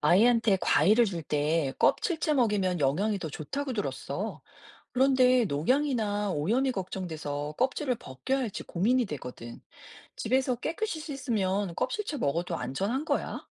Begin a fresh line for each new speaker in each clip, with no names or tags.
아이한테 과일을 줄 때 껍질째 먹이면 영양이 더 좋다고 들었어. 그런데 녹양이나 오염이 걱정돼서 껍질을 벗겨야 할지 고민이 되거든. 집에서 깨끗이 씻으면 껍질째 먹어도 안전한 거야?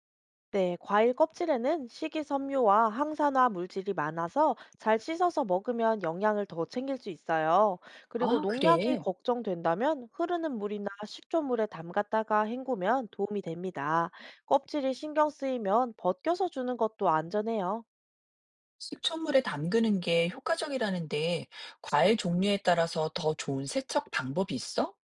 네, 과일 껍질에는 식이섬유와 항산화 물질이 많아서 잘 씻어서 먹으면 영양을 더 챙길 수 있어요. 그리고
아,
농약이
그래.
걱정된다면 흐르는 물이나 식초물에 담갔다가 헹구면 도움이 됩니다. 껍질이 신경 쓰이면 벗겨서 주는 것도 안전해요.
식초물에 담그는 게 효과적이라는데 과일 종류에 따라서 더 좋은 세척 방법이 있어?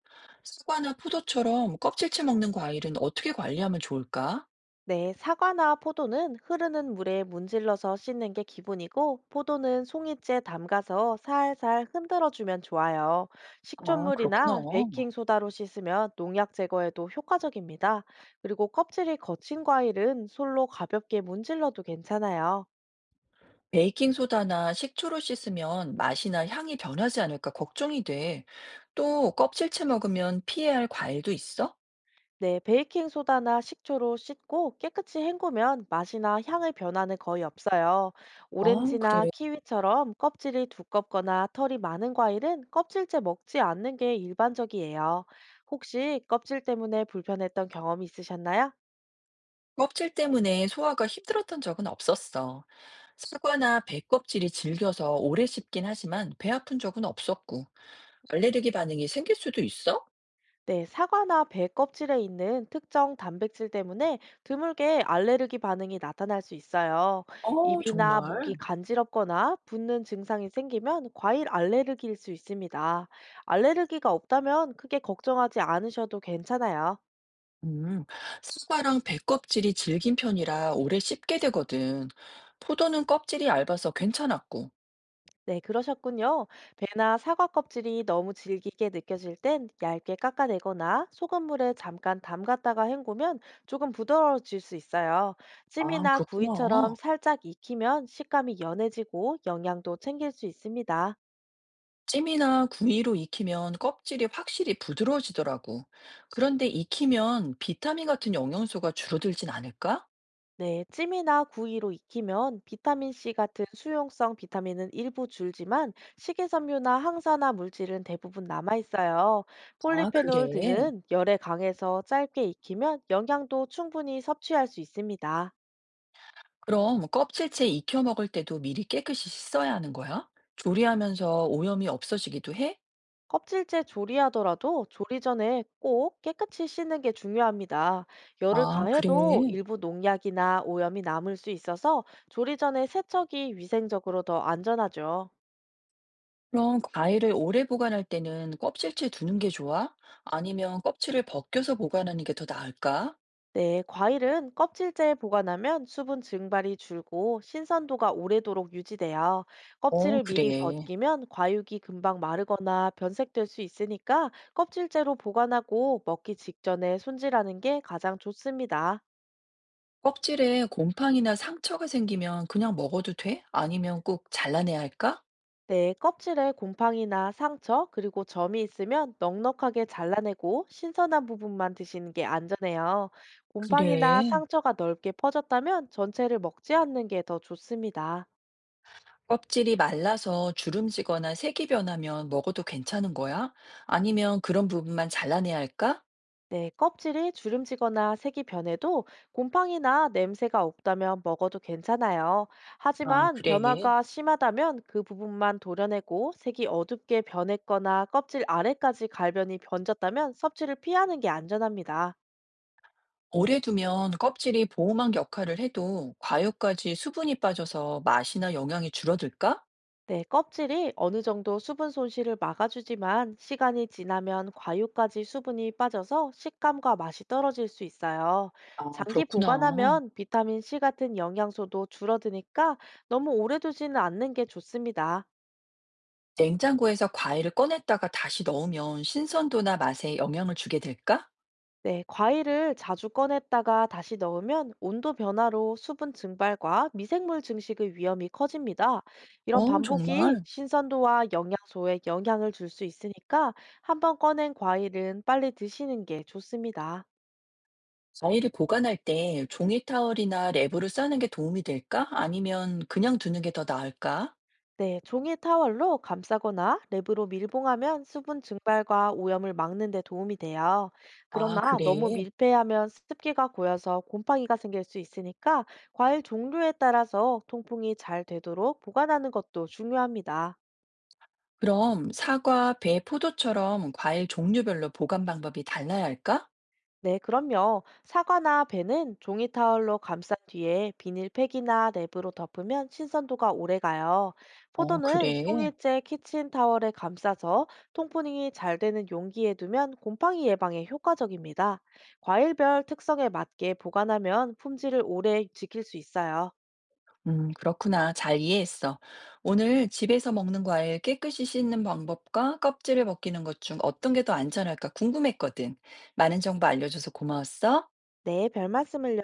사과나 포도처럼 껍질째 먹는 과일은 어떻게 관리하면 좋을까?
네, 사과나 포도는 흐르는 물에 문질러서 씻는 게 기본이고, 포도는 송이째 담가서 살살 흔들어주면 좋아요.
아, 그렇구나.
식초물이나 베이킹소다로 씻으면 농약 제거에도 효과적입니다. 그리고 껍질이 거친 과일은 솔로 가볍게 문질러도 괜찮아요.
베이킹 소다나 식초로 씻으면 맛이나 향이 변하지 않을까 걱정이 돼. 또 껍질째 먹으면 피해야 할 과일도 있어?
네, 베이킹 소다나 식초로 씻고 깨끗이 헹구면 맛이나 향의 변화는 거의 없어요.
아,
오렌지나
그래.
키위처럼 껍질이 두껍거나 털이 많은 과일은 껍질째 먹지 않는 게 일반적이에요. 혹시 껍질 때문에 불편했던 경험이 있으셨나요?
껍질 때문에 소화가 힘들었던 적은 없었어. 사과나 배 껍질이 질겨서 오래 씹긴 하지만 배 아픈 적은 없었고, 알레르기 반응이 생길 수도 있어?
네, 사과나 배 껍질에 있는 특정 단백질 때문에 드물게 알레르기 반응이 나타날 수 있어요.
어,
입이나 목이
정말.
간지럽거나 붓는 증상이 생기면 과일 알레르기일 수 있습니다. 알레르기가 없다면 크게 걱정하지 않으셔도 괜찮아요.
음, 사과랑 배 껍질이 질긴 편이라 오래 씹게 되거든. 포도는 껍질이 얇아서 괜찮았고.
네, 그러셨군요. 배나 사과 껍질이 너무 질기게 느껴질 땐 얇게 깎아내거나 소금물에 잠깐 담갔다가 헹구면 조금 부드러워질 수 있어요.
아,
찜이나 구이처럼
그렇구나.
살짝 익히면 식감이 연해지고 영양도 챙길 수 있습니다.
찜이나 구이로 익히면 껍질이 확실히 부드러워지더라고. 그런데 익히면 비타민 같은 영양소가 줄어들진 않을까?
네, 찜이나 구이로 익히면 비타민C 같은 수용성 비타민은 일부 줄지만 식이섬유나 항산화 물질은 대부분 남아있어요.
아,
폴리페놀
그래.
등은 열에 강해서 짧게 익히면 영양도 충분히 섭취할 수 있습니다.
그럼 껍질째 익혀 먹을 때도 미리 깨끗이 씻어야 하는 거야? 조리하면서 오염이 없어지기도 해?
껍질째 조리하더라도 조리 전에 꼭 깨끗이 씻는 게 중요합니다. 열을
아,
가해도
그래.
일부 농약이나 오염이 남을 수 있어서 조리 전에 세척이 위생적으로 더 안전하죠.
그럼 과일을 오래 보관할 때는 껍질째 두는 게 좋아? 아니면 껍질을 벗겨서 보관하는 게 더 나을까?
네, 과일은 껍질째에 보관하면 수분 증발이 줄고 신선도가 오래도록 유지돼요.
어,
껍질을 미리
그래.
벗기면 과육이 금방 마르거나 변색될 수 있으니까 껍질째로 보관하고 먹기 직전에 손질하는 게 가장 좋습니다.
껍질에 곰팡이나 상처가 생기면 그냥 먹어도 돼? 아니면 꼭 잘라내야 할까?
네, 껍질에 곰팡이나 상처, 그리고 점이 있으면 넉넉하게 잘라내고 신선한 부분만 드시는 게 안전해요. 곰팡이나
그래.
상처가 넓게 퍼졌다면 전체를 먹지 않는 게 더 좋습니다.
껍질이 말라서 주름지거나 색이 변하면 먹어도 괜찮은 거야? 아니면 그런 부분만 잘라내야 할까?
네, 껍질이 주름지거나 색이 변해도 곰팡이나 냄새가 없다면 먹어도 괜찮아요.
아,
하지만
그래.
변화가 심하다면 그 부분만 도려내고 색이 어둡게 변했거나 껍질 아래까지 갈변이 번졌다면 섭취를 피하는 게 안전합니다.
오래 두면 껍질이 보호막 역할을 해도 과육까지 수분이 빠져서 맛이나 영양이 줄어들까?
네, 껍질이 어느 정도 수분 손실을 막아주지만 시간이 지나면 과육까지 수분이 빠져서 식감과 맛이 떨어질 수 있어요.
아,
장기
그렇구나.
보관하면 비타민 C 같은 영양소도 줄어드니까 너무 오래 두지는 않는 게 좋습니다.
냉장고에서 과일을 꺼냈다가 다시 넣으면 신선도나 맛에 영향을 주게 될까?
네, 과일을 자주 꺼냈다가 다시 넣으면 온도 변화로 수분 증발과 미생물 증식의 위험이 커집니다. 이런
어,
반복이
정말.
신선도와 영양소에 영향을 줄 수 있으니까 한번 꺼낸 과일은 빨리 드시는 게 좋습니다.
과일을 보관할 때 종이 타월이나 랩으로 싸는 게 도움이 될까? 아니면 그냥 두는 게 더 나을까?
네, 종이 타월로 감싸거나 랩으로 밀봉하면 수분 증발과 오염을 막는 데 도움이 돼요.
아,
그러나 너무
그래.
밀폐하면 습기가 고여서 곰팡이가 생길 수 있으니까 과일 종류에 따라서 통풍이 잘 되도록 보관하는 것도 중요합니다.
그럼 사과, 배, 포도처럼 과일 종류별로 보관 방법이 달라야 할까?
네, 그럼요. 사과나 배는 종이 타월로 감싼 뒤에 비닐팩이나 랩으로 덮으면 신선도가 오래 가요.
어,
포도는
그래.
송일제 키친 타월에 감싸서 통풍이 잘 되는 용기에 두면 곰팡이 예방에 효과적입니다. 과일별 특성에 맞게 보관하면 품질을 오래 지킬 수 있어요.
그렇구나. 잘 이해했어. 오늘 집에서 먹는 과일 깨끗이 씻는 방법과 껍질을 벗기는 것 중 어떤 게 더 안전할까 궁금했거든. 많은 정보 알려줘서 고마웠어.
네, 별 말씀을요.